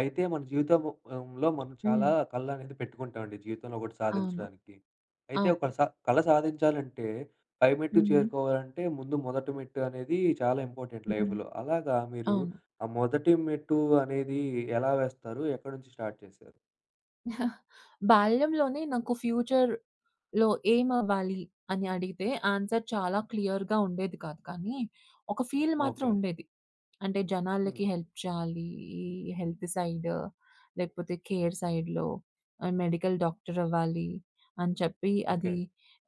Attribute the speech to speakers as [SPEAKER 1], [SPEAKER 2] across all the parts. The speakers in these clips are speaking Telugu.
[SPEAKER 1] అయితే మన జీవితము అంలో మనం చాలా
[SPEAKER 2] హ్మ్.
[SPEAKER 1] కళ్ళనేది పెట్టుకుంటామండి జీవితంలో ఒకటి
[SPEAKER 2] అవును.
[SPEAKER 1] సాధించడానికి. అయితే ఒక
[SPEAKER 2] అవును.
[SPEAKER 1] స కళ సాధించాలంటే పై మెట్టు
[SPEAKER 2] హ్మ్.
[SPEAKER 1] చేరుకోవాలంటే ముందు మొదటి మెట్టు అనేది చాలా ఇంపార్టెంట్
[SPEAKER 2] హ్మ్.
[SPEAKER 1] లైఫ్‌లో. అలాగా మీరు
[SPEAKER 2] అవును.
[SPEAKER 1] ఆ మొదటి మెట్టు అనేది ఎలా వేస్తారు? ఎక్కడి నుంచి స్టార్ట్ చేశారు?
[SPEAKER 2] బాల్యంలోనే నాకు ఫ్యూచర్ లో ఏమవ్వాలి అని అడిగితే ఆన్సర్ చాలా క్లియర్‌గా ఉండేది కాదు. కానీ ఒక ఫీల్ మాత్రం
[SPEAKER 1] ఓకే.
[SPEAKER 2] ఉండేది. అంటే జనాలకి
[SPEAKER 1] హ్మ్.
[SPEAKER 2] హెల్ప్ చేయాలి. ఈ హెల్త్ సైడ్ లేకపోతే కేర్ సైడ్‌లో మెడికల్ డాక్టర్ అవ్వాలి అని చెప్పి
[SPEAKER 1] ఓకే.
[SPEAKER 2] అది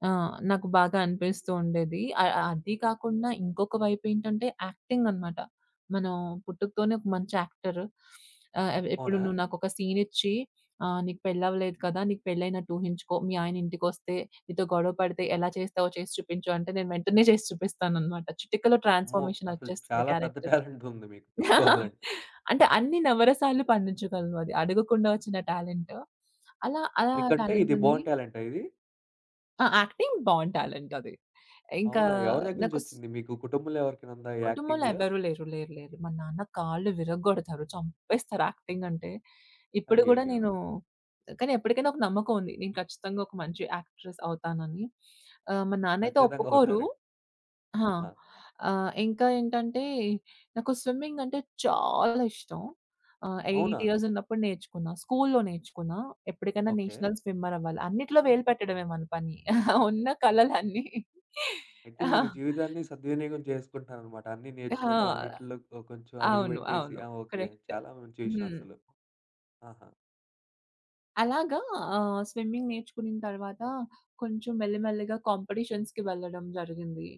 [SPEAKER 2] నాకు బాగా అనిపిస్తూ ఉండేది. అది కాకుండా ఇంకొక వైపు ఏంటంటే యాక్టింగ్ అనమాట. మనం పుట్టుకతోనే ఒక మంచి యాక్టర్. ఎప్పుడు
[SPEAKER 1] అవునా?
[SPEAKER 2] నువ్వు నాకొక సీన్ ఇచ్చి ఆ! "నీకు పెళ్లవ్వలేదు కదా! నీకు పెళ్లయినట్టు ఊహించుకో. మీ ఆయన ఇంటికొస్తే నీతో గొడవ పడితే ఎలా చేస్తావో చేసి చూపించు" అంటే నేను వెంటనే చేసి చూపిస్తాననమాట. చిటికలో
[SPEAKER 1] అమ్మో! అసలు
[SPEAKER 2] ట్రాన్స్‌ఫర్మేషనొచ్చేస్తుంది
[SPEAKER 1] చాలా పెద్ద
[SPEAKER 2] క్యారెక్టర్.
[SPEAKER 1] టాలెంట్ ఉంది మీకు చెప్పుకోవాలంటే.
[SPEAKER 2] అంటే అన్ని నవరసాలు పండించగలను అది. అడగకుండా వచ్చిన టాలెంట్. అలా అలా
[SPEAKER 1] మీకంటే ఇది
[SPEAKER 2] టాలెంటుంది.
[SPEAKER 1] బోర్న్ టాలెంటా ఇది?
[SPEAKER 2] ఆ! యాక్టింగ్ బావుంటాలెంటది. ఇంకా
[SPEAKER 1] అవునా? ఎవరి దగ్గర
[SPEAKER 2] నాకు స్
[SPEAKER 1] నుంచొచ్చింది? మీకు కుటుంబంలో ఎవరికైనా ఉందా ఈ
[SPEAKER 2] కుటుంబంలో
[SPEAKER 1] యాక్టింగ్‌లో?
[SPEAKER 2] ఎవ్వరు లేరు. లేరు. లేరు. మా నాన్న కాళ్ళు విరగ్గొడతారు. చంపేస్తారు యాక్టింగ్ అంటే. ఇప్పుడు గూడా
[SPEAKER 1] అయ్యయ్యో!
[SPEAKER 2] నేను కానీ ఎప్పటికైనా ఒక నమ్మకం ఉంది. నేను ఖచ్చితంగా ఒక మంచి యాక్ట్రెస్ అవుతానని. మా నాన్నయితే
[SPEAKER 1] ఖచ్చితంగా
[SPEAKER 2] ఒప్పుకోరు.
[SPEAKER 1] అవుతారు.
[SPEAKER 2] ఆ!
[SPEAKER 1] ఆహా!
[SPEAKER 2] ఇంకా ఏంటంటే నాకు స్విమ్మింగ్ అంటే చాలా ఇష్టం.
[SPEAKER 1] అవునా?
[SPEAKER 2] 8 ఇయర్స్ ఉన్నప్పుడు నేర్చుకున్నా. స్కూల్‌లో నేర్చుకున్నా. ఎప్పటికైనా
[SPEAKER 1] ఓకే.
[SPEAKER 2] నేషనల్ స్విమ్మర్ అవ్వాలి. అన్నిట్లో వేలు పెట్టడమే మన పని. ఉన్న కలలన్నీ.
[SPEAKER 1] అయితే
[SPEAKER 2] ఆ!
[SPEAKER 1] మీరు జీవితాన్ని సద్వినియోగం చేసుకుంటున్నారనమాట. అన్నీ నేర్చుకోవటం,
[SPEAKER 2] ఆ!
[SPEAKER 1] అన్నిటిలో ఓ కొంచెం
[SPEAKER 2] అవును.
[SPEAKER 1] అడుగుబెట్టేసి
[SPEAKER 2] అవును.
[SPEAKER 1] ఆ! ఓకే.
[SPEAKER 2] కరెక్ట్.
[SPEAKER 1] చాలా మంచి విషయం
[SPEAKER 2] హ్మ్.
[SPEAKER 1] అసలు. ఆహా!
[SPEAKER 2] అలాగా స్విమ్మింగ్ నేర్చుకున్న తర్వాత కొంచెం మెల్లిమెల్లిగా కాంపిటీషన్స్‌కి వెళ్ళడం జరిగింది.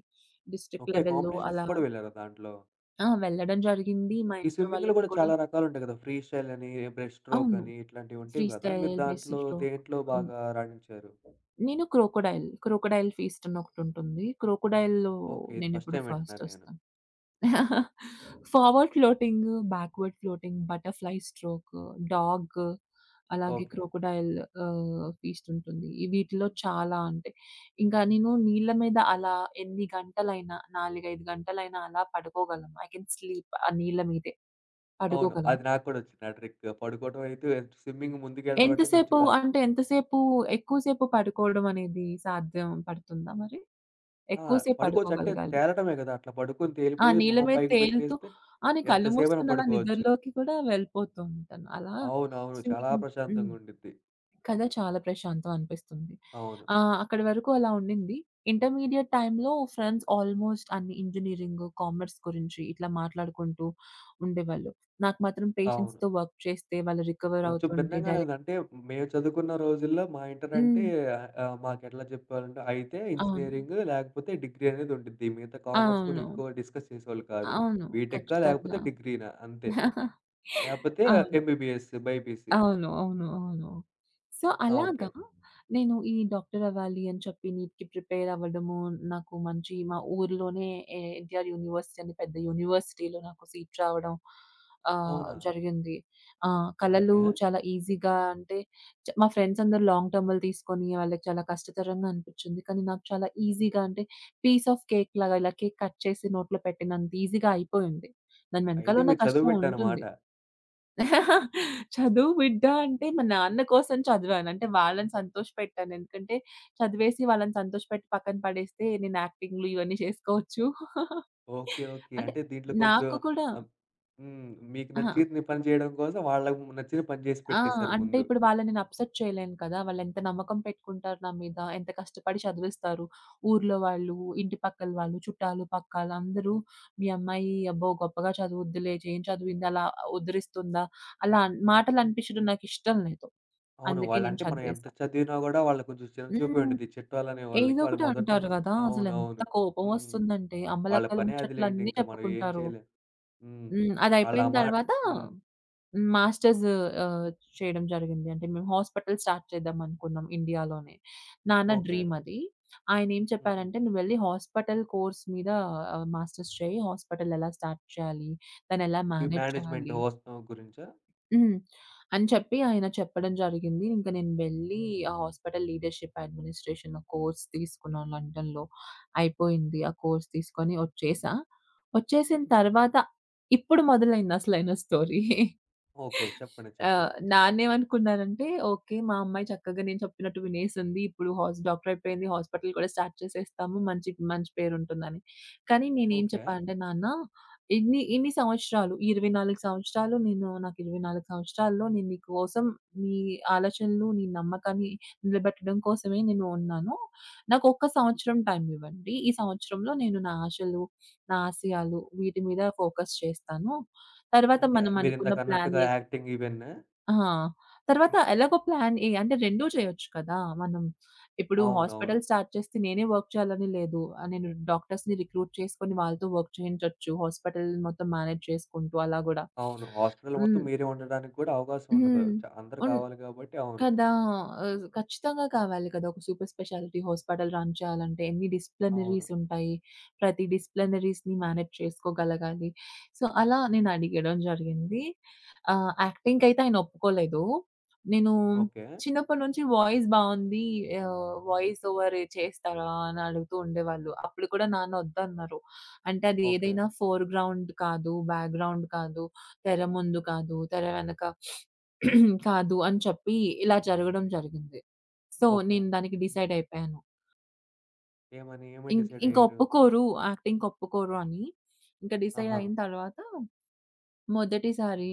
[SPEAKER 2] District
[SPEAKER 1] okay.
[SPEAKER 2] లెవెల్‌లో
[SPEAKER 1] కాంపిటీషన్స్
[SPEAKER 2] అలా.
[SPEAKER 1] కూడా వెళ్లారా దాంట్లో?
[SPEAKER 2] ఆ! వెళ్ళడం జరిగింది. మా
[SPEAKER 1] ఈ
[SPEAKER 2] ఇంట్లో
[SPEAKER 1] స్విమ్మింగ్‌లో
[SPEAKER 2] వాళ్ళకి
[SPEAKER 1] కూడా
[SPEAKER 2] కూడా
[SPEAKER 1] చాలా రకాలుంటాయి కదా! ఫ్రీ స్టైల్ అని, బ్రెస్ట్ స్ట్రోక్
[SPEAKER 2] అవును.
[SPEAKER 1] అని ఇట్లాంటివి
[SPEAKER 2] ఫ్రీ
[SPEAKER 1] ఉంటాయి కదా!
[SPEAKER 2] స్టైల్,
[SPEAKER 1] మీరు దాంట్లో
[SPEAKER 2] బేసిక్ స్ట్రోక్.
[SPEAKER 1] దేంట్లో
[SPEAKER 2] హ్మ్.
[SPEAKER 1] బాగా రాణించారు?
[SPEAKER 2] నేను క్రోకోడైల్, క్రోకోడైల్ ఫీస్ట్ అని ఒకటుంటుంది. క్రోకోడైల్‌లో
[SPEAKER 1] ఓకే. ఇది ఫస్ట్
[SPEAKER 2] నేనెప్పుడు
[SPEAKER 1] టైమ్
[SPEAKER 2] ఫస్ట్
[SPEAKER 1] వింటున్నాను నేను.
[SPEAKER 2] వస్తాను. Forward floating, backward floating, butterfly stroke, dog, అలాగే
[SPEAKER 1] ఓకే.
[SPEAKER 2] క్రోకోడైల్ ఫీస్ట్ ఉంటుంది. ఈ వీటిలో చాలా అంటే ఇంకా నేను నీళ్ళ మీద అలా ఎన్ని గంటలైనా 4, 5 గంటలైనా అలా పడుకోగలను. ఐ కెన్ స్లీప్ ఆ నీళ్ళ మీదే
[SPEAKER 1] అవును.
[SPEAKER 2] పడుకోగలను.
[SPEAKER 1] అది నాకు కూడా వచ్చింది ఆ ట్రిక్. పడుకోవడం అయితే స్విమ్మింగ్ ముందుకెళ్ళడం అంటే కొంచెం
[SPEAKER 2] ఎంతసేపు అంటే ఎంతసేపు ఎక్కువ సేపు పడుకోవడం అనేది సాధ్యం పడుతుందా మరి?
[SPEAKER 1] ఆ!
[SPEAKER 2] ఎక్కువ సేపు
[SPEAKER 1] పడుకోవచ్చు. అంటే
[SPEAKER 2] పడుకోగలగాలి.
[SPEAKER 1] తేలటమే గదా! అట్లా పడుకొని
[SPEAKER 2] ఆ!
[SPEAKER 1] తేలిపోయి
[SPEAKER 2] నీళ్ళ
[SPEAKER 1] మొహం
[SPEAKER 2] మీద
[SPEAKER 1] పైకి
[SPEAKER 2] తేలుతూ
[SPEAKER 1] పెట్టేస్తే
[SPEAKER 2] ఆ! నేను కళ్ళు
[SPEAKER 1] ఎంతసేపైనా
[SPEAKER 2] మూసుకుని అలా
[SPEAKER 1] పడుకోవచ్చు.
[SPEAKER 2] నిద్రలోకి కూడా వెళ్ళిపోతూ ఉంటాను. అలా
[SPEAKER 1] అవునవును. చాలా
[SPEAKER 2] స్విమ్మింగ్. హ్మ్.
[SPEAKER 1] ప్రశాంతంగుండిద్ది.
[SPEAKER 2] కదా! చాలా ప్రశాంతం అనిపిస్తుంది.
[SPEAKER 1] అవును.
[SPEAKER 2] అక్కడి వరకు అలా ఉండింది. ఇంటర్మీడియేట్ టైమ్‌లో ఫ్రెండ్స్ ఆల్మోస్ట్ అన్ని ఇంజినీరింగ్, కామర్స్ గురించి ఇట్లా మాట్లాడుకుంటూ ఉండేవాళ్ళు. నాకు మాత్రం
[SPEAKER 1] అవును.
[SPEAKER 2] పేషెంట్స్‌తో వర్క్ చేస్తే వాళ్ళు రికవర్
[SPEAKER 1] కొంచెం
[SPEAKER 2] అవుతుంటే
[SPEAKER 1] భిన్నంగానే ఉంది.
[SPEAKER 2] డైరెక్ట్.
[SPEAKER 1] అంటే మేము చదువుకున్న రోజుల్లో మా ఇంటర్ అంటే
[SPEAKER 2] హ్మ్.
[SPEAKER 1] ఆహ్, ఆహ్, మాకెట్లా చెప్పేవాళ్ళంటే అయితే
[SPEAKER 2] అవును.
[SPEAKER 1] ఇంజినీరింగ్ లేకపోతే డిగ్రీ అనేది ఉండిద్ది. మిగతా కామర్స్ కూడా
[SPEAKER 2] అవును.
[SPEAKER 1] ఎక్కువ డిస్కస్ చేసేవాళ్ళు కాదు.
[SPEAKER 2] అవును.
[SPEAKER 1] బీటెక్కా లేకపోతే
[SPEAKER 2] ఖచ్చితంగా.
[SPEAKER 1] డిగ్రీనా అంతే. లేకపోతే
[SPEAKER 2] అవును.
[SPEAKER 1] MBBS, BiPC.
[SPEAKER 2] అవును. అవును. అవును. సో,
[SPEAKER 1] ఆ! ఓకే.
[SPEAKER 2] అలాగా నేను ఈ డాక్టర్ అవ్వాలి అని చెప్పి నీట్‌కి ప్రిపేర్ అవ్వడము, నాకు మంచి మా ఊర్లోనే ఎన్‌టిఆర్ యూనివర్సిటీ అని పెద్ద యూనివర్సిటీలో నాకు సీట్ రావడం
[SPEAKER 1] అవునా?
[SPEAKER 2] జరిగింది. కళలు
[SPEAKER 1] ఓకే.
[SPEAKER 2] చాలా ఈజీగా అంటే మా ఫ్రెండ్స్ అందరూ లాంగ్ టర్మ్‌లు తీసుకొని వాళ్ళకి చాలా కష్టతరంగా అనిపించింది. కానీ నాకు చాలా ఈజీగా అంటే పీస్ ఆఫ్ కేక్ లాగా ఇలా కేక్ కట్ చేసి నోట్లో పెట్టినంత ఈజీగా అయిపోయింది. దాని వెనకాల
[SPEAKER 1] అయితే
[SPEAKER 2] ఉన్న
[SPEAKER 1] మీరు చదువు
[SPEAKER 2] కష్టం
[SPEAKER 1] బిడ్డ అన్నమాట.
[SPEAKER 2] ఉంటుంది. చదువు బిడ్డ అంటే మా నాన్న కోసం చదివాను. అంటే వాళ్ళని సంతోషపెట్టాను. ఎందుకంటే చదివేసి వాళ్ళని సంతోషపెట్టి పక్కన పడేస్తే నేను యాక్టింగ్‌లు ఇవన్నీ చేసుకోవచ్చు.
[SPEAKER 1] ఓకే. ఓకే.
[SPEAKER 2] అంటే
[SPEAKER 1] అంటే దీంట్లో కొంచెం
[SPEAKER 2] నాకు కూడా
[SPEAKER 1] ఆహ్, హ్మ్. మీకు
[SPEAKER 2] అహా!
[SPEAKER 1] నచ్చింది పని చేయడం కోసం వాళ్ళకి నచ్చిన పని చేసి
[SPEAKER 2] ఆ!
[SPEAKER 1] పెట్టేసారు
[SPEAKER 2] అంటే
[SPEAKER 1] ముందు.
[SPEAKER 2] ఇప్పుడు వాళ్ళని నేను అప్‌సెట్ చేయలేను కదా! వాళ్ళెంత నమ్మకం పెట్టుకుంటారు నా మీద. ఎంత కష్టపడి చదివిస్తారు. ఊర్లో వాళ్ళు, ఇంటి పక్కల వాళ్ళు, చుట్టాలు, పక్కాలు అందరూ మీ అమ్మాయి అబ్బో! గొప్పగా చదువుద్దిలే, ఏం చదివింది అలా ఉద్ధరిస్తుందా? అలా మాటలు అనిపించడం నాకిష్టం లేదు.
[SPEAKER 1] అవును.
[SPEAKER 2] అందుకే నేను
[SPEAKER 1] వాళ్ళంటే మనం ఎంత
[SPEAKER 2] చదివేశా.
[SPEAKER 1] చదివినా గూడా వాళ్ళకి కొంచెం చిన్నచూపే
[SPEAKER 2] హ్మ్.
[SPEAKER 1] ఉండిద్ది. చిట్టాలనే వాళ్ళకి.
[SPEAKER 2] ఏదో
[SPEAKER 1] వాళ్ళు
[SPEAKER 2] ఒకటి
[SPEAKER 1] మొదటి
[SPEAKER 2] అంటారు
[SPEAKER 1] నుంచి
[SPEAKER 2] కదా! అసలెంత
[SPEAKER 1] అవునవును. హ్మ్.
[SPEAKER 2] కోపమొస్తుందంటే
[SPEAKER 1] వాళ్ళ
[SPEAKER 2] అమ్మలక్కల
[SPEAKER 1] పనే అదిలెండి.
[SPEAKER 2] ముచ్చట్లన్నీ
[SPEAKER 1] ఇంకా మనం ఏం
[SPEAKER 2] చెప్పుకుంటారు.
[SPEAKER 1] చేయలేం. హ్మ్.
[SPEAKER 2] హ్మ్.
[SPEAKER 1] వాళ్ళ
[SPEAKER 2] అదయిపోయిన
[SPEAKER 1] అమా
[SPEAKER 2] తర్వాత
[SPEAKER 1] హ్మ్.
[SPEAKER 2] హ్మ్. మాస్టర్స్ ఆహ్, చేయడం జరిగింది. అంటే మేము హాస్పిటల్ స్టార్ట్ చేద్దాం అనుకున్నాం ఇండియాలోనే. నాన్న
[SPEAKER 1] ఓకే.
[SPEAKER 2] డ్రీమ్ అది. ఆయనేం
[SPEAKER 1] హుహు.
[SPEAKER 2] చెప్పారంటే, "నువ్వెళ్లి హాస్పిటల్ కోర్స్ మీద మాస్టర్స్ చేయి. హాస్పిటల్ ఎలా స్టార్ట్ చేయాలి? దాన్నెలా
[SPEAKER 1] ఈ
[SPEAKER 2] మేనేజ్
[SPEAKER 1] మేనేజ్‌మెంట్
[SPEAKER 2] చేయాలి?"
[SPEAKER 1] హోస్టం గురించా?
[SPEAKER 2] హ్మ్. అని చెప్పి ఆయన చెప్పడం జరిగింది. ఇంక నేను వెళ్ళి ఆ హాస్పిటల్ లీడర్‌షిప్ అడ్మినిస్ట్రేషన్ కోర్స్ తీసుకున్నాను లండన్‌లో. అయిపోయింది. ఆ కోర్స్ తీసుకొని వచ్చేసా. వచ్చేసిన తర్వాత ఇప్పుడు మొదలైంది అసలైన స్టోరీ.
[SPEAKER 1] ఓకే. చెప్పండి. చెప్పండి.
[SPEAKER 2] నానేమనుకున్నానంటే, ఓకే. మా అమ్మాయి చక్కగా నేను చెప్పినట్టు వినేసింది. ఇప్పుడు డాక్టర్ అయిపోయింది. హాస్పిటల్ కూడా స్టార్ట్ చేసేస్తాము. మంచి మంచి పేరుంటుందని. కానీ నేనేం
[SPEAKER 1] ఓకే.
[SPEAKER 2] చెప్పానంటే, నాన్న, ఇన్ని ఇన్ని సంవత్సరాలు 24 సంవత్సరాలు నాకు 24 సంవత్సరాల్లో నేను నీ కోసం, నీ ఆలోచనలు, నీ నమ్మకాన్ని నిలబెట్టడం కోసమే నేను ఉన్నాను. నాకు ఒక్క సంవత్సరం టైం ఇవ్వండి. ఈ సంవత్సరంలో నేను నా ఆశలు, నా ఆశయాలు వీటి మీద ఫోకస్ చేస్తాను. తర్వాత
[SPEAKER 1] అంటే
[SPEAKER 2] మనం అనుకున్న ప్లాన్.
[SPEAKER 1] మీరిందాకన్నట్టుగా యాక్టింగ్ ఇవన్నా?
[SPEAKER 2] ఆ! తర్వాత ఎలాగో ప్లాన్ ఏ అంటే 2 చేయొచ్చు కదా! మనం ఇప్పుడు
[SPEAKER 1] అవునవును.
[SPEAKER 2] హాస్పిటల్ స్టార్ట్ చేస్తే నేనే వర్క్ చేయాలని లేదు. నేను డాక్టర్స్‌ని రిక్రూట్ చేసుకొని వాళ్ళతో వర్క్ చేయించొచ్చు. హాస్పిటల్ మొత్తం మేనేజ్ చేసుకుంటూ అలా గూడా.
[SPEAKER 1] అవును. హాస్పిటల్ మొత్తం
[SPEAKER 2] హ్మ్.
[SPEAKER 1] మీరే ఉండడానికి కూడా అవకాశం ఉండదు.
[SPEAKER 2] హ్మ్.
[SPEAKER 1] అందరూ
[SPEAKER 2] ఉన్
[SPEAKER 1] కావాలి కాబట్టి అవును.
[SPEAKER 2] కదా! ఖచ్చితంగా కావాలి కదా! ఒక సూపర్ స్పెషాలిటీ హాస్పిటల్ రన్ చేయాలంటే ఎన్ని
[SPEAKER 1] అవును.
[SPEAKER 2] డిసిప్లినరీస్ ఉంటాయి. ప్రతి డిసిప్లినరీస్‌ని మేనేజ్ చేసుకోగలగాలి. సో, అలా నేను అడిగడం జరిగింది. యాక్టింగ్‌కైతే ఆయన ఒప్పుకోలేదు. నేను
[SPEAKER 1] ఓకే.
[SPEAKER 2] చిన్నప్పటి నుంచి వాయిస్ బావుంది. వాయిస్ ఓవర్ చేస్తారా? అని అడుగుతూ ఉండేవాళ్ళు. అప్పుడు కూడా నాన్న వద్దన్నారు. అంటే అది
[SPEAKER 1] ఓకే.
[SPEAKER 2] ఏదైనా ఫోర్‌గ్రౌండ్ కాదు, బ్యాక్‌గ్రౌండ్ కాదు, తెర ముందు కాదు, తెర వెనక కాదు అని చెప్పి ఇలా జరగడం జరిగింది. So,
[SPEAKER 1] okay.
[SPEAKER 2] నేను దానికి డిసైడ్ అయిపోయాను.
[SPEAKER 1] ఏమని ఏమని
[SPEAKER 2] ఇం
[SPEAKER 1] డిసైడ్
[SPEAKER 2] ఇంక
[SPEAKER 1] అయ్యారు?
[SPEAKER 2] ఒప్పుకోరు, యాక్టింగ్‌కి ఒప్పుకోరు అని. ఇంకా డిసైడ్
[SPEAKER 1] ఆహా!
[SPEAKER 2] అయిన తర్వాత మొదటిసారి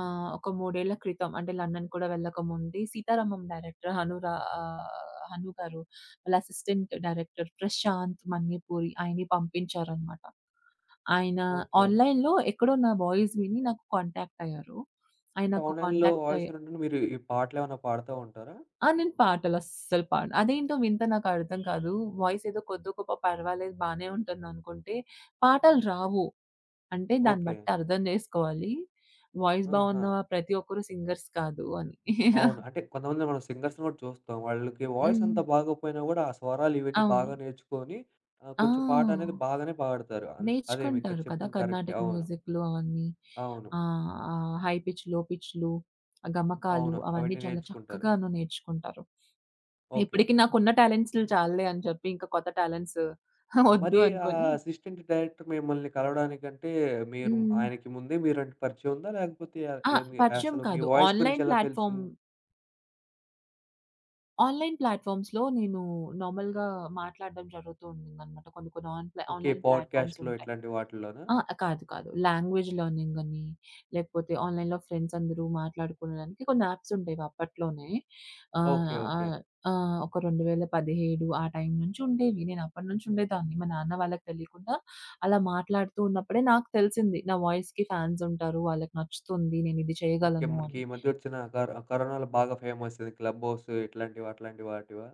[SPEAKER 2] ఒక 3 ఏళ్ల క్రితం అంటే లండన్ కూడా వెళ్ళకముందే 'సీతారామం' డైరెక్టర్ ఆహ్, హను గారు, వాళ్ళ అసిస్టెంట్ డైరెక్టర్ ప్రశాంత్ మన్యపూరి ఆయన్ని పంపించారనమాట. ఆయన
[SPEAKER 1] ఓకే.
[SPEAKER 2] ఆన్‌లైన్‌లో ఎక్కడో నా వాయిస్ విని నాకు కాంటాక్ట్ అయ్యారు. ఆయన
[SPEAKER 1] అంటే
[SPEAKER 2] నాకు
[SPEAKER 1] ఆన్‌లైన్‌లో
[SPEAKER 2] కాంటాక్ట్
[SPEAKER 1] వాయిస్
[SPEAKER 2] అయ్యి
[SPEAKER 1] నుండి మీరు ఈ పాటలేమన్నా పాడుతా ఉంటారా?
[SPEAKER 2] ఆ! నేను పాటలస్సలు పాడను. అదేంటో వింత నాకర్థం కాదు. వాయిస్ ఏదో కొద్దో గొప్పో పర్వాలేదు బానే ఉంటుందనుకుంటే, పాటలు రావు. అంటే దాన్ని
[SPEAKER 1] ఓకే.
[SPEAKER 2] బట్టి అర్థం జేసుకోవాలి. వాయిస్
[SPEAKER 1] ఆహా!
[SPEAKER 2] బావున్న ప్రతి ఒక్కరు సింగర్స్ కాదు అని.
[SPEAKER 1] అవును. అంటే కొంతమంది మనం సింగర్స్‌ని కూడా చూస్తాం. వాళ్ళకి వాయిస్ అంత
[SPEAKER 2] హ్మ్.
[SPEAKER 1] బాగోపోయినా కూడా ఆ స్వరాలు ఇవన్నీ
[SPEAKER 2] అవును.
[SPEAKER 1] బాగా నేర్చుకొని కొంచెం పాట అనేది
[SPEAKER 2] ఆ!
[SPEAKER 1] బాగానే పాడతారు. అదే మీకు
[SPEAKER 2] నేర్చుకుంటారు కదా!
[SPEAKER 1] చెప్పింది కరెక్టే.
[SPEAKER 2] కర్ణాటిక్
[SPEAKER 1] అవును.
[SPEAKER 2] మ్యూజిక్‌లు అవన్నీ.
[SPEAKER 1] అవును.
[SPEAKER 2] ఆహ్, ఆహ్, హై పిచ్, లో పిచ్‌లు, గమకాలు
[SPEAKER 1] అవును.
[SPEAKER 2] అవన్నీ
[SPEAKER 1] అవన్నీ
[SPEAKER 2] చాలా
[SPEAKER 1] నేర్చుకుంటారు.
[SPEAKER 2] చక్కగాను నేర్చుకుంటారు.
[SPEAKER 1] ఓకే.
[SPEAKER 2] ఇప్పటికి నాకున్న టాలెంట్స్‌లు చాలులే అని చెప్పి ఇంకా కొత్త టాలెంట్స్
[SPEAKER 1] మరి
[SPEAKER 2] వద్దు
[SPEAKER 1] ఆ
[SPEAKER 2] అనుకోని.
[SPEAKER 1] అసిస్టెంట్ డైరెక్టర్ మిమ్మల్ని కలవడానికంటే మీరు
[SPEAKER 2] హ్మ్.
[SPEAKER 1] ఆయనకి ముందే మీరంటే పరిచయం ఉందా? లేకపోతే
[SPEAKER 2] ఆ! హ్మ్.
[SPEAKER 1] ఏమి
[SPEAKER 2] పరిచయం
[SPEAKER 1] అసలు మీ
[SPEAKER 2] కాదు.
[SPEAKER 1] వాయిస్ గురించి ఎలా తెలుసు?
[SPEAKER 2] ఆన్‌లైన్ ప్లాట్‌ఫార్మ్స్‌లో నేను నార్మల్‌గా మాట్లాడడం జరుగుతూ ఉండిందనమాట. కొన్ని కొన్ని
[SPEAKER 1] ఓకే.
[SPEAKER 2] ఆన్‌లైన్ ప్లాట్‌ఫార్మ్స్
[SPEAKER 1] పాడ్‌కాస్ట్‌లో
[SPEAKER 2] ఉంటాయి.
[SPEAKER 1] ఇట్లాంటి వాటిల్లోనా?
[SPEAKER 2] ఆ! కాదు కాదు. లాంగ్వేజ్ లెర్నింగ్ అని, లేకపోతే ఆన్‌లైన్‌లో ఫ్రెండ్స్ అందరూ మాట్లాడుకోవడానికి కొన్ని యాప్స్ ఉండేవి అప్పట్లోనే. ఆహ్,
[SPEAKER 1] ఓకే. ఓకే.
[SPEAKER 2] ఆహ్, ఆహ్, ఒక 2017 ఆ టైం నుంచి ఉండేవి. నేను అప్పటి నుంచి ఉండేదాన్ని. మా నాన్న వాళ్ళకి తెలియకుండా అలా మాట్లాడుతూ ఉన్నప్పుడే నాకు తెలిసింది. నా వాయిస్‌కి ఫ్యాన్స్ ఉంటారు. వాళ్ళకి నచ్చుతుంది. నేను ఇది
[SPEAKER 1] ఓకే.
[SPEAKER 2] చేయగలను
[SPEAKER 1] మనకి
[SPEAKER 2] అని.
[SPEAKER 1] ఈ మధ్య వచ్చిన కరోనాలో బాగా ఫేమస్ ఇది క్లబ్ హౌస్ ఇట్లాంటివి అట్లాంటి వాటివా?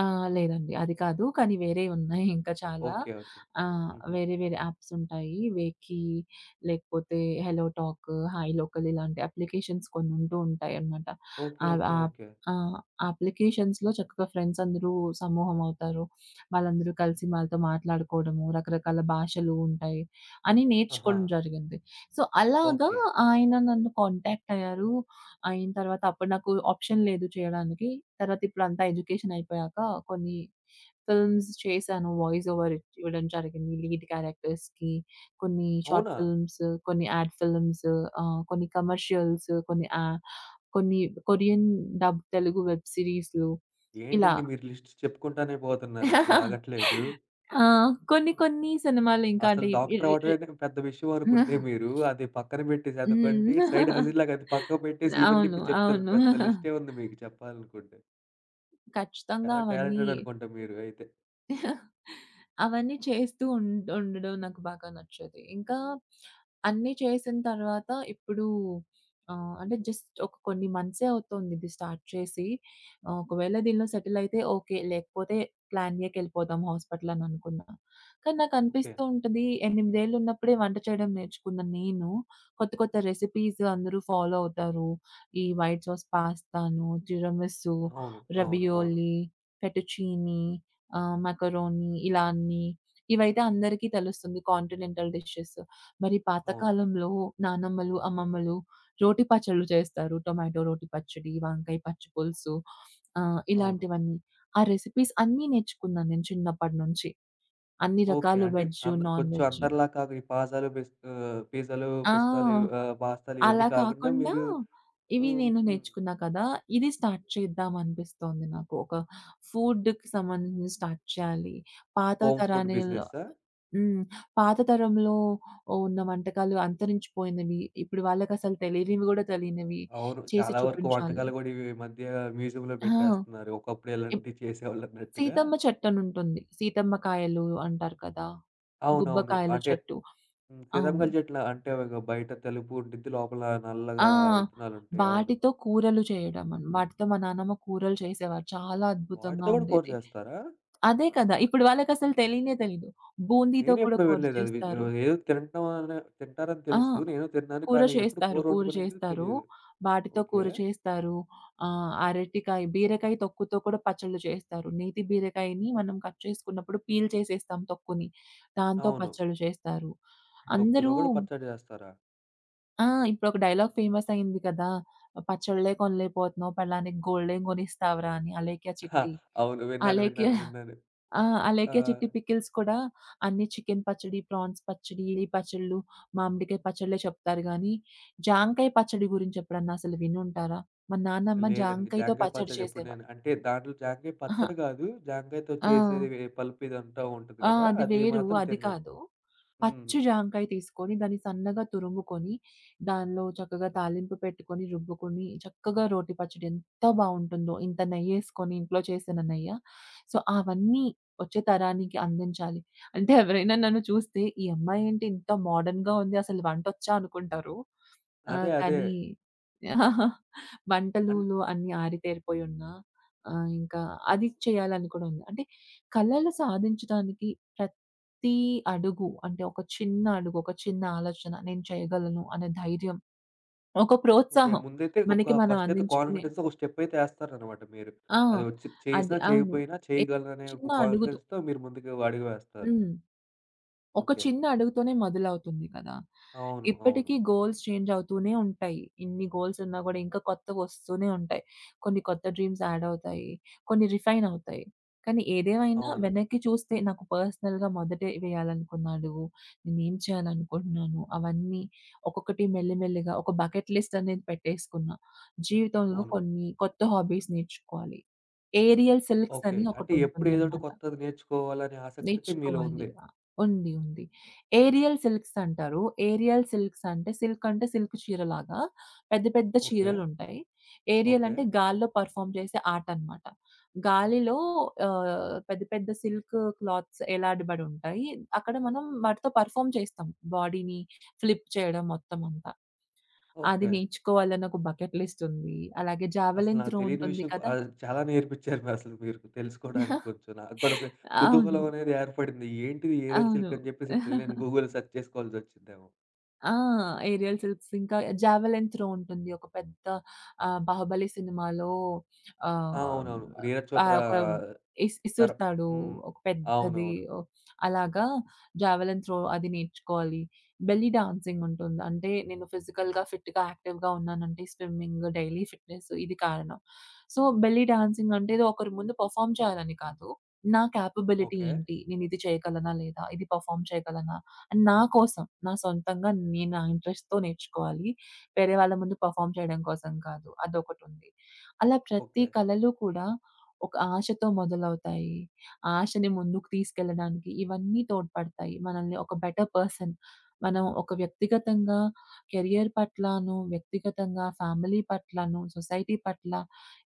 [SPEAKER 2] ఆ! లేదండి. అది కాదు. కానీ వేరేవున్నాయి ఇంకా చాలా.
[SPEAKER 1] ఓకే. ఓకే. హుహు.
[SPEAKER 2] వేరే వేరే యాప్స్ ఉంటాయి. వేకీ లేకపోతే హెలో టాక్, హాయ్ లోకల్ ఇలాంటి అప్లికేషన్స్ కొన్ని ఉంటూ ఉంటాయన్నమాట.
[SPEAKER 1] ఓకే.
[SPEAKER 2] ఆహ్,
[SPEAKER 1] ఓకే.
[SPEAKER 2] ఆహ్,
[SPEAKER 1] ఓకే.
[SPEAKER 2] ఆ! అప్లికేషన్స్‌లో చక్కగా ఫ్రెండ్స్ అందరూ సమూహం అవుతారు. వాళ్ళందరూ కలిసి వాళ్ళతో మాట్లాడుకోవడము, రకరకాల భాషలు ఉంటాయి అని
[SPEAKER 1] ఆహా!
[SPEAKER 2] నేర్చుకోవడం జరిగింది. సో, అలాగా
[SPEAKER 1] ఓకే.
[SPEAKER 2] ఆయన నన్ను కాంటాక్ట్ అయ్యారు. అయిన తర్వాత అప్పుడు నాకు ఆప్షన్ లేదు చేయడానికి. తర్వాత ఇప్పుడంతా ఎడ్యుకేషన్ అయిపోయాక కొన్ని ఫిల్మ్స్ చేశాను. వాయిస్ ఓవర్ ఇవ్వడం జరిగింది. లీడ్ క్యారెక్టర్స్‌కి. కొన్ని షార్ట్
[SPEAKER 1] అవునా?
[SPEAKER 2] ఫిల్మ్స్, కొన్ని యాడ్ ఫిల్మ్స్, కొన్ని కమర్షియల్స్, కొన్ని కొన్ని కొరియన్ డబ్ తెలుగు వెబ్ సీరీస్‌లు ఇలా.
[SPEAKER 1] ఏంటండి మీరు లిస్ట్ చెప్పుకుంటానే పోతున్నారు అసలు ఆగట్లేదు.
[SPEAKER 2] ఆ! కొన్ని కొన్ని సినిమాలు ఇంకా
[SPEAKER 1] అసలు
[SPEAKER 2] అంటే ఇ
[SPEAKER 1] డాక్టర్
[SPEAKER 2] రి రి
[SPEAKER 1] అవ్వడమే పెద్ద విషయం
[SPEAKER 2] హ్మ్.
[SPEAKER 1] అనుకుంటే మీరు, అది పక్కన పెట్టేసి అదొకంటి సైడ్ హజిల్‌లాగా అది పక్కకు పెట్టేసి ఇవన్నీ
[SPEAKER 2] అవును.
[SPEAKER 1] ఇప్పుడు చెప్తున్నారు.
[SPEAKER 2] అవును.
[SPEAKER 1] పెద్ద లిస్టే ఉంది మీకు చెప్పాలనుకుంటే.
[SPEAKER 2] ఖచ్చితంగా
[SPEAKER 1] చాలా
[SPEAKER 2] అవన్నీ,
[SPEAKER 1] టాలెంటెడ్ అనుకుంటా మీరు అయితే.
[SPEAKER 2] అవన్నీ చేస్తూ ఉండడం నాకు బాగా నచ్చేది. ఇంకా అన్నీ చేసిన తర్వాత ఇప్పుడు అంటే జస్ట్ ఒక కొన్ని మంత్సే అవుతుంది ఇది స్టార్ట్ చేసి. ఒకవేళ దీనిలో సెటిల్ అయితే ఓకే. లేకపోతే ప్లాన్ ఏకెళ్ళిపోదాం హాస్పిటల్ అని అనుకున్నా. కానీ
[SPEAKER 1] ఓకే.
[SPEAKER 2] నాకనిపిస్తూ ఉంటది 8 ఉన్నప్పుడే వంట చేయడం నేర్చుకున్న నేను కొత్త కొత్త రెసిపీస్ అందరూ ఫాలో అవుతారు. ఈ వైట్ సాస్ పాస్తాను, టిరమిస్సు,
[SPEAKER 1] అవును. అవును. అవును.
[SPEAKER 2] రవియోలీ, ఫెటుచీనీ, మకరోనీ ఇలా అన్నీ. ఇవైతే అందరికీ తెలుస్తుంది కాంటినెంటల్ డిషెస్. మరి
[SPEAKER 1] అవును.
[SPEAKER 2] పాతకాలంలో నానమ్మలు, అమ్మమ్మలు రోటి పచ్చళ్ళు చేస్తారు. టొమాటో రోటి పచ్చడి, వంకాయ పచ్చి పులుసు,
[SPEAKER 1] అవును.
[SPEAKER 2] ఇలాంటివన్నీ. ఆ రెసిపీస్ అన్నీ నేర్చుకున్నాను నేను చిన్నప్పటి నుంచి. అన్ని
[SPEAKER 1] ఓకే.
[SPEAKER 2] రకాలు
[SPEAKER 1] అంటే
[SPEAKER 2] వెజ్, నాన్
[SPEAKER 1] కొంచెం
[SPEAKER 2] వెజ్. హ్మ్.
[SPEAKER 1] అందరిలా కాక ఈ పాజాలు, పిజ్జాలు, పిస్తాలు
[SPEAKER 2] ఆ!
[SPEAKER 1] పాస్తాలు ఇవన్నీ
[SPEAKER 2] అలా
[SPEAKER 1] కాకుండా
[SPEAKER 2] కాకుండా
[SPEAKER 1] మీరు
[SPEAKER 2] ఇవి
[SPEAKER 1] హ్మ్.
[SPEAKER 2] నేను
[SPEAKER 1] హ్మ్.
[SPEAKER 2] నేర్చుకున్నా కదా! ఇది స్టార్ట్ చేద్దాం అనిపిస్తోంది నాకు. ఒక ఫుడ్‌కి సంబంధించింది స్టార్ట్ చేయాలి. పాత
[SPEAKER 1] హోమ్ ఫుడ్
[SPEAKER 2] తరానిల్
[SPEAKER 1] బిజినెసా?
[SPEAKER 2] హ్మ్. పాత తరంలో ఉన్న వంటకాలు అంతరించిపోయినవి. ఇప్పుడు వాళ్ళకసలు తెలియనివి
[SPEAKER 1] అవును.
[SPEAKER 2] చేసి
[SPEAKER 1] చాలా వరకు
[SPEAKER 2] చూపించాలి.
[SPEAKER 1] వంటకాలు గూడా ఇవి ఈ మధ్య మ్యూజియంలో
[SPEAKER 2] ఆ!
[SPEAKER 1] పెట్టేస్తున్నారు. ఒకప్పుడు
[SPEAKER 2] ఇప్
[SPEAKER 1] ఇలాంటివి చేసేవాళ్ళన్నట్టుగా.
[SPEAKER 2] సీతమ్మ చెట్టనుంటుంది. సీతమ్మ కాయలు అంటారు కదా!
[SPEAKER 1] అవునవును.
[SPEAKER 2] గుబ్బకాయలు
[SPEAKER 1] అంటే
[SPEAKER 2] చెట్టు.
[SPEAKER 1] హ్మ్.
[SPEAKER 2] అవును.
[SPEAKER 1] సీతాఫలాలు చెట్ల అంటే ఒక బయట తెలుపు ఉండిద్ది. లోపల నల్లగా
[SPEAKER 2] ఆ!
[SPEAKER 1] విత్తనాలుంటాయి. అవును.
[SPEAKER 2] వాటితో కూరలు చేయడం. వాటితో మా నానమ్మ కూరలు చేసేవారు. చాలా
[SPEAKER 1] వాటితో
[SPEAKER 2] అద్భుతంగా
[SPEAKER 1] కూడా కూర
[SPEAKER 2] ఉండేది.
[SPEAKER 1] చేస్తారా?
[SPEAKER 2] అదే కదా! ఇప్పుడు వాళ్ళకసలు తెలియనే తెలీదు. బూందీతో కూడా
[SPEAKER 1] నేనెప్పుడు
[SPEAKER 2] కూర
[SPEAKER 1] వినలేదు అది.
[SPEAKER 2] చేస్తారు.
[SPEAKER 1] ఏదో తింటాం అని తింటారని
[SPEAKER 2] ఆ!
[SPEAKER 1] తెలుసు. నేను తిన్నాను.
[SPEAKER 2] కూర
[SPEAKER 1] కానీ ఎప్పుడు
[SPEAKER 2] చేస్తారు.
[SPEAKER 1] కూర
[SPEAKER 2] కూర
[SPEAKER 1] వండుకునేది
[SPEAKER 2] చేస్తారు.
[SPEAKER 1] తెలీదు.
[SPEAKER 2] వాటితో
[SPEAKER 1] ఓకే.
[SPEAKER 2] కూర చేస్తారు. అరటికాయ, బీరకాయ తొక్కుతో కూడా పచ్చళ్ళు చేస్తారు. నేతి బీరకాయని మనం కట్ చేసుకున్నప్పుడు పీల్ చేసేస్తాం తొక్కుని. దాంతో
[SPEAKER 1] అవును.
[SPEAKER 2] పచ్చళ్ళు చేస్తారు.
[SPEAKER 1] తొక్కుతో
[SPEAKER 2] అందరూ
[SPEAKER 1] కూడా పచ్చడి చేస్తారా?
[SPEAKER 2] ఆ! ఇప్పుడొక డైలాగ్ ఫేమస్ అయింది కదా! "పచ్చళ్ళే కొనలేకపోతున్నావు పెళ్ళానికి గోల్డేం కొనిస్తావురా" అని అలేఖ్య
[SPEAKER 1] హా,
[SPEAKER 2] చిట్టి.
[SPEAKER 1] అవును. విన్నాను.
[SPEAKER 2] అలేఖ్య
[SPEAKER 1] విన్నాను. విన్నాను.
[SPEAKER 2] ఆ!
[SPEAKER 1] ఆ!
[SPEAKER 2] అలేకే చిట్టి పికిల్స్ కూడా అన్నీ చికెన్ పచ్చడి, ప్రాన్స్ పచ్చడి, ఈ పచ్చళ్ళు, మామిడికాయ పచ్చళ్ళే చెప్తారు గానీ, జాంకాయ పచ్చడి గురించి ఎప్పుడన్నా అసలు వినుంటారా? మా నాన్నమ్మ
[SPEAKER 1] లేదండి.
[SPEAKER 2] జాంకాయతో
[SPEAKER 1] జాంకాయ
[SPEAKER 2] పచ్చడి
[SPEAKER 1] పచ్చడి ఎప్పుడు
[SPEAKER 2] చేసేవారు.
[SPEAKER 1] నేను అంటే దాంట్లో జాంకాయ
[SPEAKER 2] అహా!
[SPEAKER 1] పచ్చడి కాదు. జాంకాయతో
[SPEAKER 2] ఆ!
[SPEAKER 1] చేసేది పల్పు ఇదంతా ఉంటది
[SPEAKER 2] ఆ!
[SPEAKER 1] కదా!
[SPEAKER 2] అది
[SPEAKER 1] అది
[SPEAKER 2] వేరు.
[SPEAKER 1] మాత్రం
[SPEAKER 2] అది
[SPEAKER 1] తిన్నాను.
[SPEAKER 2] కాదు.
[SPEAKER 1] హ్మ్.
[SPEAKER 2] పచ్చి జాంకాయ తీసుకొని దాన్ని సన్నగా తురుముకొని, దానిలో చక్కగా తాలింపు పెట్టుకొని, రుబ్బుకొని, చక్కగా రోటి పచ్చడి ఎంత బావుంటుందో! ఇంత నెయ్యేసుకొని ఇంట్లో చేసిన నెయ్య. సో, అవన్నీ వచ్చే తరానికి అందించాలి. అంటే ఎవరైనా నన్ను చూస్తే, "ఈ అమ్మాయేంటి ఇంత మోడర్న్‌గా ఉంది. అసలు వంటొచ్చా?" అనుకుంటారు.
[SPEAKER 1] అదే. అదే.
[SPEAKER 2] కానీ మంటలులో అన్నీ ఆరితేరిపోయి ఉన్నా, ఇంకా అది చేయాలని కూడా ఉంది. అంటే కలలు సాధించడానికి ప్రతి అడుగు అంటే ఒక చిన్న అడుగు, ఒక చిన్న ఆలోచన నేను చేయగలను అనే ధైర్యం, ఒక
[SPEAKER 1] ఓకే.
[SPEAKER 2] ప్రోత్సాహం
[SPEAKER 1] ముందైతే
[SPEAKER 2] మనకి
[SPEAKER 1] ఒక
[SPEAKER 2] మనం
[SPEAKER 1] ఫస్టయితే
[SPEAKER 2] అందించుకునే.
[SPEAKER 1] కాన్ఫిడెన్స్‌తో ఒక స్టెప్పయితే ఏస్తారనమాట మీరు.
[SPEAKER 2] ఆ!
[SPEAKER 1] అది వచ్చి
[SPEAKER 2] అది
[SPEAKER 1] చేసినా,
[SPEAKER 2] అవును.
[SPEAKER 1] చేయకపోయినా
[SPEAKER 2] ఏదో ఒక
[SPEAKER 1] చేయగలననే
[SPEAKER 2] చిన్న
[SPEAKER 1] ఒక
[SPEAKER 2] అడుగుతో.
[SPEAKER 1] కాన్ఫిడెన్స్‌తో మీరు ముందుకు అడుగు వేస్తారు.
[SPEAKER 2] హ్మ్. ఒక
[SPEAKER 1] ఓకే.
[SPEAKER 2] చిన్న అడుగుతోనే మొదలవుతుంది కదా!
[SPEAKER 1] అవును. అవును.
[SPEAKER 2] ఇప్పటికీ గోల్స్ చేంజ్ అవుతూనే ఉంటాయి. ఇన్ని గోల్స్ ఉన్నా గూడా ఇంకా కొత్తవొస్తూనే ఉంటాయి. కొన్ని కొత్త డ్రీమ్స్ యాడ్ అవుతాయి. కొన్ని రిఫైన్ అవుతాయి. కానీ ఏదేమైనా
[SPEAKER 1] అవును.
[SPEAKER 2] వెనక్కి చూస్తే నాకు పర్సనల్‌గా మొదట వేయాలనుకున్న అడుగు, నేనేం చేయాలనుకుంటున్నాను, అవన్నీ ఒక్కొక్కటి మెల్లిమెల్లిగా ఒక బకెట్ లిస్ట్ అనేది పెట్టేసుకున్నా. జీవితంలో
[SPEAKER 1] అవును.
[SPEAKER 2] కొన్ని కొత్త హాబీస్ నేర్చుకోవాలి. Aerial silks
[SPEAKER 1] okay.
[SPEAKER 2] అని
[SPEAKER 1] అంటే ఎప్పుడు ఏదోటి
[SPEAKER 2] ఒకటుంటుందన్నమాట.
[SPEAKER 1] కొత్తది నేర్చుకోవాలనే ఆసక్తయితే మీలో
[SPEAKER 2] నేర్చుకోవాలి.
[SPEAKER 1] ఉంది.
[SPEAKER 2] ఉంది. ఉంది. ఏరియల్ సిల్క్స్ అంటారు. ఏరియల్ సిల్క్స్ అంటే సిల్క్ అంటే సిల్క్ చీరలాగా పెద్ద పెద్ద
[SPEAKER 1] ఓకే.
[SPEAKER 2] చీరలుంటాయి. Aerial
[SPEAKER 1] okay.
[SPEAKER 2] అంటే గాలిలో పెర్ఫార్మ్ చేసే ఆర్ట్ అన్నమాట. గాలిలో పెద్ద పెద్ద సిల్క్ క్లాత్స్ ఎలాడబడి ఉంటాయి. అక్కడ మనం వాటితో పెర్ఫార్మ్ చేస్తాం. బాడీని ఫ్లిప్ చేయడం మొత్తం అంతా. అది
[SPEAKER 1] ఓకే.
[SPEAKER 2] నేర్చుకోవాలని ఒక బకెట్ లిస్ట్ ఉంది. అలాగే
[SPEAKER 1] అసలు
[SPEAKER 2] జావెలిన్
[SPEAKER 1] నాకు
[SPEAKER 2] త్రో
[SPEAKER 1] తెలియని
[SPEAKER 2] ఉంటుంది
[SPEAKER 1] విషయం
[SPEAKER 2] కదా!
[SPEAKER 1] చాలా నేర్పిచ్చారు అసలు మీరు తెలుసుకోవడానికి కొంచెం. నాకు కూడా ఒక కుతూహలం
[SPEAKER 2] అవును.
[SPEAKER 1] అనేది ఏర్పడింది. ఏంటిది ఏరియల్
[SPEAKER 2] అవును.
[SPEAKER 1] సిల్క్ అని చెప్పేసి ఇప్పుడెళ్ళి నేను గూగుల్‌లో సెర్చ్ చేసుకోవాల్సొచ్చిందేమో.
[SPEAKER 2] ఆ! ఏరియల్ సిల్క్స్ ఇంకా జావెలిన్ త్రో ఉంటుంది. ఒక పెద్ద 'బాహుబలి' సినిమాలో
[SPEAKER 1] ఆ!
[SPEAKER 2] ఆహ్,
[SPEAKER 1] అవునవును. 'నీరజ్
[SPEAKER 2] ఆహ్,
[SPEAKER 1] చోప్రా'
[SPEAKER 2] ఒక
[SPEAKER 1] తర్
[SPEAKER 2] ఇసురుతాడు.
[SPEAKER 1] హ్మ్.
[SPEAKER 2] ఒక పెద్దది
[SPEAKER 1] అవునవును.
[SPEAKER 2] ఓహ్, అలాగా జావెలిన్ త్రో అది నేర్చుకోవాలి. బెల్లీ డాన్సింగ్ ఉంటుంది. అంటే నేను ఫిజికల్‌గా ఫిట్‌గా, యాక్టివ్‌గా ఉన్నానంటే స్విమ్మింగ్, డైలీ ఫిట్‌నెస్ ఇది కారణం. సో, బెల్లీ డాన్సింగ్ అంటే ఇది ఒకరి ముందు పెర్ఫార్మ్ చేయాలని కాదు. నా కేపబిలిటీ
[SPEAKER 1] ఓకే.
[SPEAKER 2] ఏంటి? నేనిది చేయగలనా? లేదా? ఇది పెర్ఫార్మ్ చేయగలనా? నా కోసం, నా సొంతంగా నేను నా ఇంట్రెస్ట్‌తో నేర్చుకోవాలి. వేరే వాళ్ళ ముందు పెర్ఫార్మ్ చేయడం కోసం కాదు. అదొకటుంది. అలా ప్రతి
[SPEAKER 1] ఓకే.
[SPEAKER 2] కళలు కూడా ఒక ఆశతో మొదలవుతాయి. ఆ ఆశని ముందుకు తీసుకెళ్ళడానికి ఇవన్నీ తోడ్పడతాయి. మనల్ని ఒక బెటర్ పర్సన్, మనం ఒక వ్యక్తిగతంగా కెరియర్ పట్లను, వ్యక్తిగతంగా ఫ్యామిలీ పట్లను, సొసైటీ పట్ల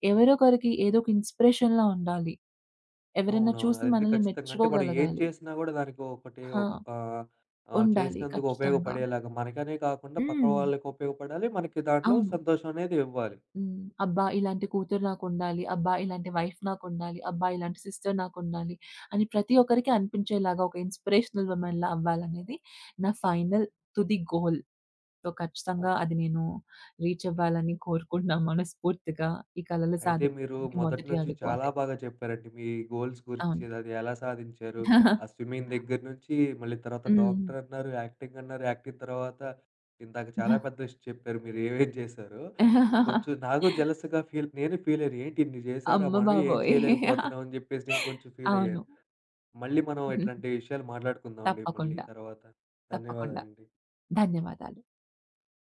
[SPEAKER 2] ఎవరో ఒకరికి ఏదో ఒక ఇన్‌స్పిరేషన్‌లా ఉండాలి. ఎవరైనా
[SPEAKER 1] అవునవును.
[SPEAKER 2] చూసి
[SPEAKER 1] అదైతే
[SPEAKER 2] మనల్ని
[SPEAKER 1] ఖచ్చితంగా. అంటే మనం ఏది
[SPEAKER 2] మెచ్చుకోగలగాలి.
[SPEAKER 1] చేసినా గూడా దానికి ఒకటి
[SPEAKER 2] ఆ!
[SPEAKER 1] ఒక ఆహ్, ఆహ్,
[SPEAKER 2] ఉండాలి
[SPEAKER 1] చేసినందుకు
[SPEAKER 2] ఖచ్చితంగా.
[SPEAKER 1] ఉపయోగపడేలాగా మనకనే కాకుండా పక్క
[SPEAKER 2] హ్మ్.
[SPEAKER 1] వాళ్ళకి ఉపయోగపడాలి. మనకి దాంట్లో
[SPEAKER 2] అవును.
[SPEAKER 1] సంతోషం అనేది ఇవ్వాలి.
[SPEAKER 2] హ్మ్. అబ్బా! ఇలాంటి కూతురు నాకుండాలి. అబ్బా! ఇలాంటి వైఫ్ నాకుండాలి. అబ్బా! ఇలాంటి సిస్టర్ నాకుండాలి. అని ప్రతి ఒక్కరికి అనిపించేలాగా ఒక ఇన్‌స్పిరేషనల్ వుమెన్‌లా అవ్వాలనేది నా ఫైనల్ తుది గోల్. సో,
[SPEAKER 1] ఓ
[SPEAKER 2] ఖచ్చితంగా అది నేను రీచ్ అవ్వాలని కోరుకుంటున్నాను మనస్ఫూర్తిగా. ఈ కలలు
[SPEAKER 1] అయితే మీరు
[SPEAKER 2] సాధించడానికి
[SPEAKER 1] మొదటి
[SPEAKER 2] మొదటి
[SPEAKER 1] నుంచి
[SPEAKER 2] అడుగు
[SPEAKER 1] చాలా
[SPEAKER 2] అదే.
[SPEAKER 1] బాగా చెప్పారండి. మీ గోల్స్ గురించి,
[SPEAKER 2] అవును.
[SPEAKER 1] అది ఎలా సాధించారు. ఆ స్విమ్మింగ్ దగ్గర నుంచి మళ్ళీ తర్వాత
[SPEAKER 2] హ్మ్.
[SPEAKER 1] డాక్టర్ అన్నారు, యాక్టింగ్ అన్నారు, యాక్టింగ్ తర్వాత ఇందాక చాలా పెద్ద లిస్ట్ చెప్పారు. మీరు ఏమేం చేశారో. కొంచెం నాకు జెలస్‌గా నేను ఫీల్ అయ్యాను. ఏంటి ఇన్ని చేశారా
[SPEAKER 2] అమ్మ
[SPEAKER 1] మనమే ఏం
[SPEAKER 2] బాబోయ్!
[SPEAKER 1] చేయలేకపోతున్నాం అని చెప్పేసి నేను కొంచెం ఫీల్
[SPEAKER 2] అవును.
[SPEAKER 1] అయ్యాను. మళ్ళీ మనం ఇట్లాంటి విషయాలు మాట్లాడుకుందామండి మళ్ళీ
[SPEAKER 2] తప్పకుండా.
[SPEAKER 1] తర్వాత.
[SPEAKER 2] తప్పకుండా.
[SPEAKER 1] ధన్యవాదాలండి.
[SPEAKER 2] ధన్యవాదాలు.